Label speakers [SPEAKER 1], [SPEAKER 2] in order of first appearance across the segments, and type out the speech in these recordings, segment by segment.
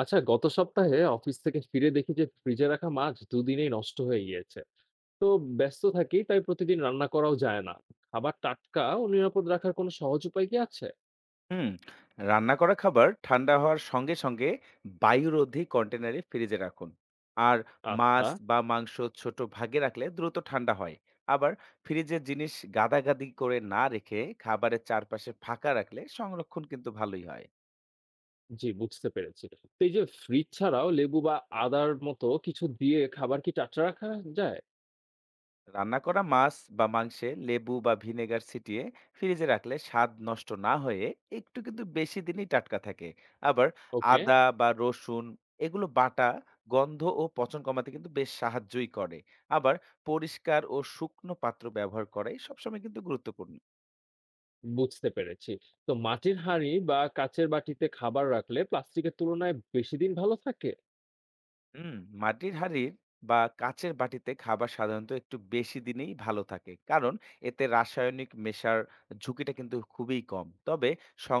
[SPEAKER 1] আচ্ছা, গত সপ্তাহে অফিস থেকে ফিরে দেখি যে ফ্রিজে রাখা মাছ দুদিনেই নষ্ট হয়ে গিয়েছে। তো ব্যস্ত থাকি, তাই প্রতিদিন রান্না করাও যায় না। খাবার টাটকা ও নিরাপদ রাখার কোনো সহজ উপায় কি আছে?
[SPEAKER 2] হুম। রান্না করা খাবার ঠান্ডা হওয়ার সঙ্গে সঙ্গে বায়ুরোধী কন্টেনারে ফ্রিজে রাখুন। আর মাছ
[SPEAKER 1] আচ্ছা।
[SPEAKER 2] বা মাংস ছোট ভাগে রাখলে দ্রুত ঠান্ডা হয়। আবার ফ্রিজের জিনিস গাদাগাদি করে না রেখে খাবারের চারপাশে ফাঁকা রাখলে সংরক্ষণ কিন্তু ভালোই হয়।
[SPEAKER 1] জি, বুঝতে পেরেছি। তো এই যে ফ্রিজ ছাড়াও লেবু বা আদার মতো কিছু দিয়ে খাবার কি টাটকা রাখা যায়?
[SPEAKER 2] রান্না করা মাছ বা মাংসে লেবু বা ভিনেগার ছিটিয়ে ফ্রিজে রাখলে স্বাদ নষ্ট না হয়ে একটু কিন্তু বেশি দিনই টাটকা থাকে। আবার
[SPEAKER 1] ওকে।
[SPEAKER 2] আদা বা রসুন এগুলো বাটা গন্ধ ও পচন কমাতে কিন্তু বেশ সাহায্যই করে। আবার পরিষ্কার ও শুকনো পাত্র ব্যবহার করাই সবসময় কিন্তু গুরুত্বপূর্ণ।
[SPEAKER 1] বুঝতে পেরেছি। তো মাটির হাঁড়ি বা কাচের বাটিতে খাবার রাখলে প্লাস্টিকের তুলনায় বেশি দিন ভালো থাকে।
[SPEAKER 2] হুম, মাটির হাঁড়ির বা কাচের বাটিতে খাবার সাধারণত একটু বেশি দিনেই ভালো থাকে, কারণ এতে রাসায়নিক মেশার ঝুঁকিটা কিন্তু খুবই কম। তবে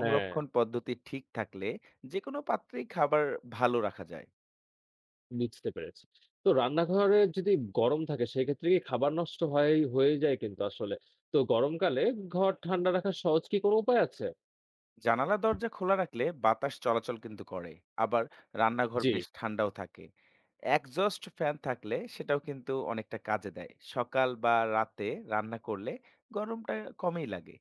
[SPEAKER 1] হ্যাঁ।
[SPEAKER 2] পদ্ধতি ঠিক থাকলে যে কোনো পাত্রেই খাবার ভালো রাখা যায়।
[SPEAKER 1] বুঝতে পেরেছি। তো রান্নাঘরে যদি গরম থাকে সেক্ষেত্রে কি খাবার নষ্ট হয়ে যায় কিন্তু আসলে। তো গরমকালে ঘর ঠান্ডা রাখার সহজ কি কোনো উপায় আছে?
[SPEAKER 2] জানালা দরজা খোলা রাখলে বাতাস চলাচল কিন্তু করে, আবার রান্নাঘর
[SPEAKER 1] জি।
[SPEAKER 2] বেশ ঠান্ডাও থাকে। একজস্ট ফ্যান থাকলে সেটাও কিন্তু অনেকটা কাজে দেয়। সকাল বা রাতে রান্না করলে গরমটা কমই লাগে।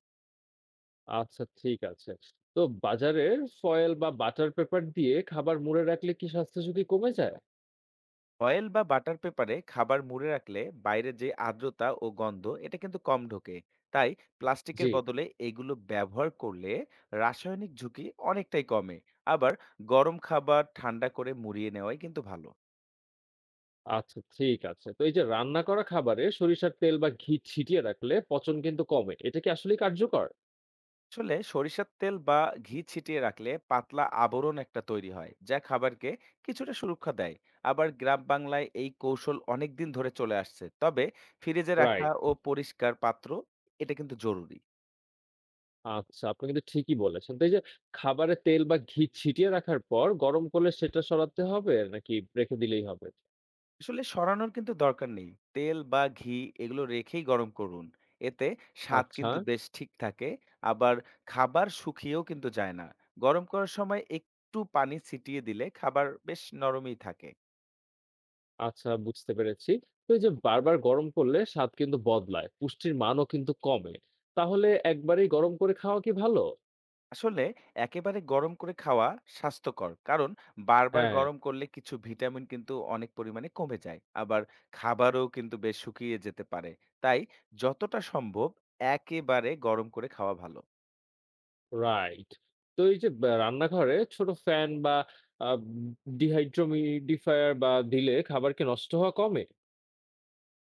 [SPEAKER 1] আচ্ছা, ঠিক আছে। তো বাজারের ফয়েল বা বাটার পেপার দিয়ে খাবার মুড়ে রাখলে কি স্বাস্থ্য ঝুঁকি কমে যায়?
[SPEAKER 2] ফয়েল বা বাটার পেপারে খাবার মুড়ে রাখলে বাইরে যে আর্দ্রতা ও গন্ধ এটা কিন্তু কম ঢোকে। তাই প্লাস্টিকের
[SPEAKER 1] জি।
[SPEAKER 2] বদলে এগুলো ব্যবহার করলে রাসায়নিক ঝুঁকি অনেকটাই কমে। আবার গরম খাবার ঠান্ডা করে মুড়িয়ে নেওয়াই কিন্তু ভালো।
[SPEAKER 1] আচ্ছা, ঠিক আছে। তো এই যে রান্না করা খাবারে সরিষার তেল বা ঘি ছিটিয়ে রাখলে পচন কিন্তু কমে। এটা কি আসলেই কার্যকর?
[SPEAKER 2] আসলে সরিষার তেল বা ঘি ছিটিয়ে রাখলে পাতলা আবরণ একটা তৈরি হয়, যা খাবারকে কিছুটা সুরক্ষা দেয়। আবার গ্রাম বাংলায় এই কৌশল অনেক দিন ধরে চলে আসছে। তবে ফ্রিজে রাখা
[SPEAKER 1] রাইট।
[SPEAKER 2] ও পরিষ্কার পাত্র এটা কিন্তু জরুরি।
[SPEAKER 1] আচ্ছা, আপনি কিন্তু ঠিকই বলেছেন। তো এই যে খাবারে তেল বা ঘি ছিটিয়ে রাখার পর গরম করলে সেটা সরাতে হবে নাকি রেখে দিলেই হবে?
[SPEAKER 2] আসলে সরানোর কিন্তু দরকার নেই। তেল বা ঘি এগুলো রেখেই গরম করুন। এতে স্বাদ
[SPEAKER 1] আচ্ছা।
[SPEAKER 2] কিন্তু বেশ ঠিক থাকে। আবার খাবার শুকিয়েও কিন্তু যায় না। গরম করার সময় একটু পানি ছিটিয়ে দিলে খাবার বেশ নরমই থাকে।
[SPEAKER 1] আচ্ছা, বুঝতে পেরেছি। তো এই যে বারবার গরম করলে স্বাদ কিন্তু বদলায়, পুষ্টির মানও কিন্তু কমে। তাহলে একবারেই গরম করে খাওয়া কি ভালো?
[SPEAKER 2] আসলে একেবারে গরম করে খাওয়া স্বাস্থ্যকর। কারণ বারবার
[SPEAKER 1] হ্যাঁ।
[SPEAKER 2] গরম করলে কিছু ভিটামিন কিন্তু অনেক পরিমাণে কমে যায়। আবার খাবারও কিন্তু বেশ শুকিয়ে যেতে পারে। তাই যতটা সম্ভব একেবারে গরম করে খাওয়া ভালো।
[SPEAKER 1] রাইট। তো এই যে রান্নাঘরে ছোট ফ্যান বা আ ডিহাইড্রোমিডিফায়ার বা দিলে খাবার কি নষ্ট হওয়া কমে?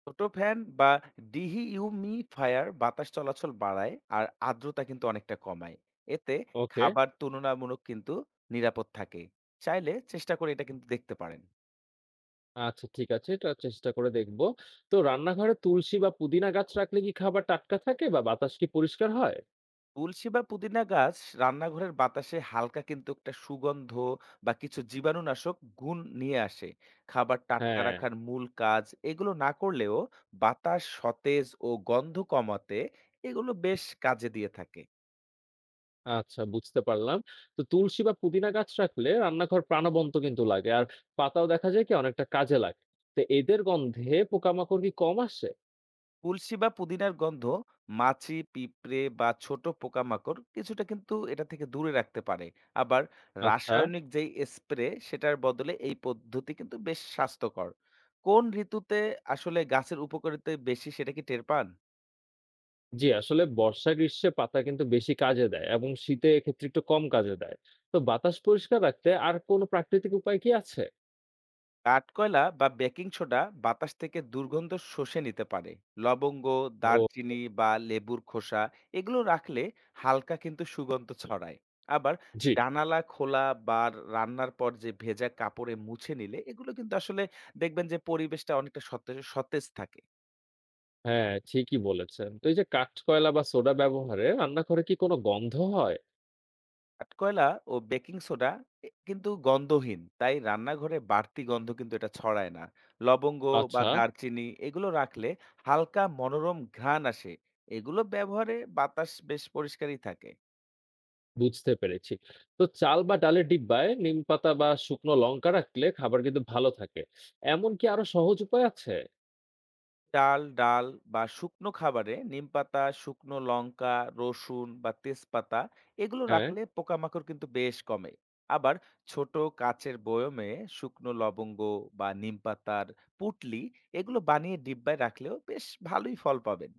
[SPEAKER 2] ছোট ফ্যান বা ডিহিউমিফায়ার বাতাস চলাচল বাড়ায় আর আর্দ্রতা কিন্তু অনেকটা কমায়। এতে
[SPEAKER 1] ওকে।
[SPEAKER 2] খাবার তুলনামূলক কিন্তু নিরাপদ থাকে। চাইলে চেষ্টা করে এটা কিন্তু দেখতে পারেন।
[SPEAKER 1] আচ্ছা, ঠিক আছে। এটা চেষ্টা করে দেখব। তো রান্নাঘরে তুলসী বা পুদিনা গাছ রাখলে কি খাবার টাটকা থাকে বা বাতাস কি পরিষ্কার হয়?
[SPEAKER 2] তুলসী বা পুদিনা গাছ রান্নাঘরের বাতাসে হালকা কিন্তু একটা সুগন্ধ বা কিছু জীবাণুনাশক গুণ নিয়ে আসে। খাবার টাটকা
[SPEAKER 1] হ্যাঁ।
[SPEAKER 2] রাখার মূল কাজ এগুলো না করলেও বাতাস সতেজ ও গন্ধ কমাতে এগুলো বেশ কাজে দিয়ে থাকে।
[SPEAKER 1] আচ্ছা, বুঝতে পারলাম। তো তুলসী বা পুদিনা গাছ রাখলে রান্নাঘর প্রাণবন্ত কিন্তু লাগে। আর পাতাও দেখা যায় কি অনেকটা কাজে লাগে। তো এদের গন্ধে পোকামাকড় কি কম আসে?
[SPEAKER 2] তুলসী বা পুদিনার গন্ধ মাছি, পিঁপড়ে বা ছোট পোকামাকড় কিছুটা কিন্তু এটা থেকে দূরে রাখতে পারে। আবার
[SPEAKER 1] আচ্ছা।
[SPEAKER 2] রাসায়নিক যেই স্প্রে সেটার বদলে এই পদ্ধতি কিন্তু বেশ স্বাস্থ্যকর। কোন ঋতুতে আসলে গাছের উপকারিতা বেশি সেটা কি টের পান?
[SPEAKER 1] জি, আসলে বর্ষা গ্রীষ্মে পাতা কিন্তু বেশি কাজে দেয় এবং শীতে এক্ষেত্রে একটু কম কাজে দেয়। তো বাতাস পরিষ্কার রাখতে আর কোনো প্রাকৃতিক উপায় কি আছে?
[SPEAKER 2] কাঠকয়লা বা বেকিং সোডা বাতাস থেকে দুর্গন্ধ শোষে নিতে পারে। লবঙ্গ,
[SPEAKER 1] ও।
[SPEAKER 2] দারচিনি বা লেবুর খোসা এগুলো রাখলে হালকা কিন্তু সুগন্ধ ছড়ায়। আবার
[SPEAKER 1] জি।
[SPEAKER 2] জানালা খোলা বা রান্নার পর যে ভেজা কাপড়ে মুছে নিলে এগুলো কিন্তু আসলে দেখবেন যে পরিবেশটা অনেকটা সতেজ সতেজ থাকে।
[SPEAKER 1] হ্যাঁ, ঠিকই বলেছেন। তো এই যে কাঠকয়লা বা সোডা ব্যবহারে রান্নাঘরে কি কোনো গন্ধ হয়?
[SPEAKER 2] কাঠকয়লা ও বেকিং সোডা এ কিন্তু গন্ধহীন, তাই রান্নাঘরে বাড়তি গন্ধ কিন্তু এটা ছড়ায় না। লবঙ্গ বা
[SPEAKER 1] আচ্ছা,
[SPEAKER 2] দারচিনি এগুলো রাখলে হালকা মনোরম ঘ্রাণ আসে। এগুলো ব্যবহারে বাতাস বেশ পরিষ্কারই থাকে।
[SPEAKER 1] বুঝতে পেরেছি। তো চাল বা ডালের ডিব্বায় নিমপাতা বা শুকনো লঙ্কা রাখলে খাবার কিন্তু ভালো থাকে। এমন কি আরো সহজ উপায় আছে?
[SPEAKER 2] চাল, ডাল বা শুকনো খাবারে নিমপাতা, শুকনো লঙ্কা, রসুন বা তেজপাতা এগুলো
[SPEAKER 1] হ্যাঁ।
[SPEAKER 2] রাখলে পোকামাকড় কিন্তু বেশ কমে। আবার ছোট কাচের বয়মে শুকনো লবঙ্গ বা নিমপাতার পুঁটলি এগুলো বানিয়ে ডিব্বায় রাখলেও বেশ ভালোই ফল পাবেন।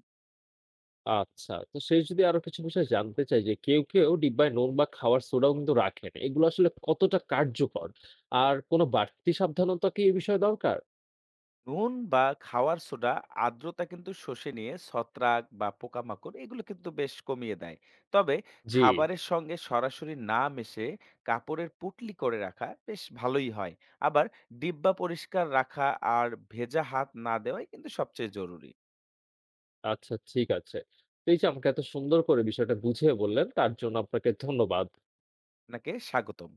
[SPEAKER 1] আচ্ছা। তো সেই যদি আরো কিছু বিষয় জানতে চাই যে কেউ ডিব্বায় নুন বা খাওয়ার সোডাও কিন্তু রাখেন। এগুলো আসলে কতটা কার্যকর? আর কোনো বাড়তি সাবধানতা কি এই বিষয়ে দরকার?
[SPEAKER 2] নুন বা খাওয়ার সোডা আর্দ্রতা কিন্তু শোষে নিয়ে ছত্রাক বা পোকামাকড় এগুলো কিন্তু বেশ কমিয়ে দেয়। তবে
[SPEAKER 1] জি।
[SPEAKER 2] খাবারের সঙ্গে সরাসরি না মিশে কাপড়ের পুটলি করে রাখা বেশ ভালোই হয়। আবার ডিব্বা পরিষ্কার রাখা আর ভেজা হাত না দেওয়াই কিন্তু সবচেয়ে জরুরি।
[SPEAKER 1] আচ্ছা, ঠিক আছে। তো এই যে আমাকে এত সুন্দর করে বিষয়টা বুঝিয়ে বললেন তার জন্য আপনাকে ধন্যবাদ।
[SPEAKER 2] আপনাকে স্বাগতম।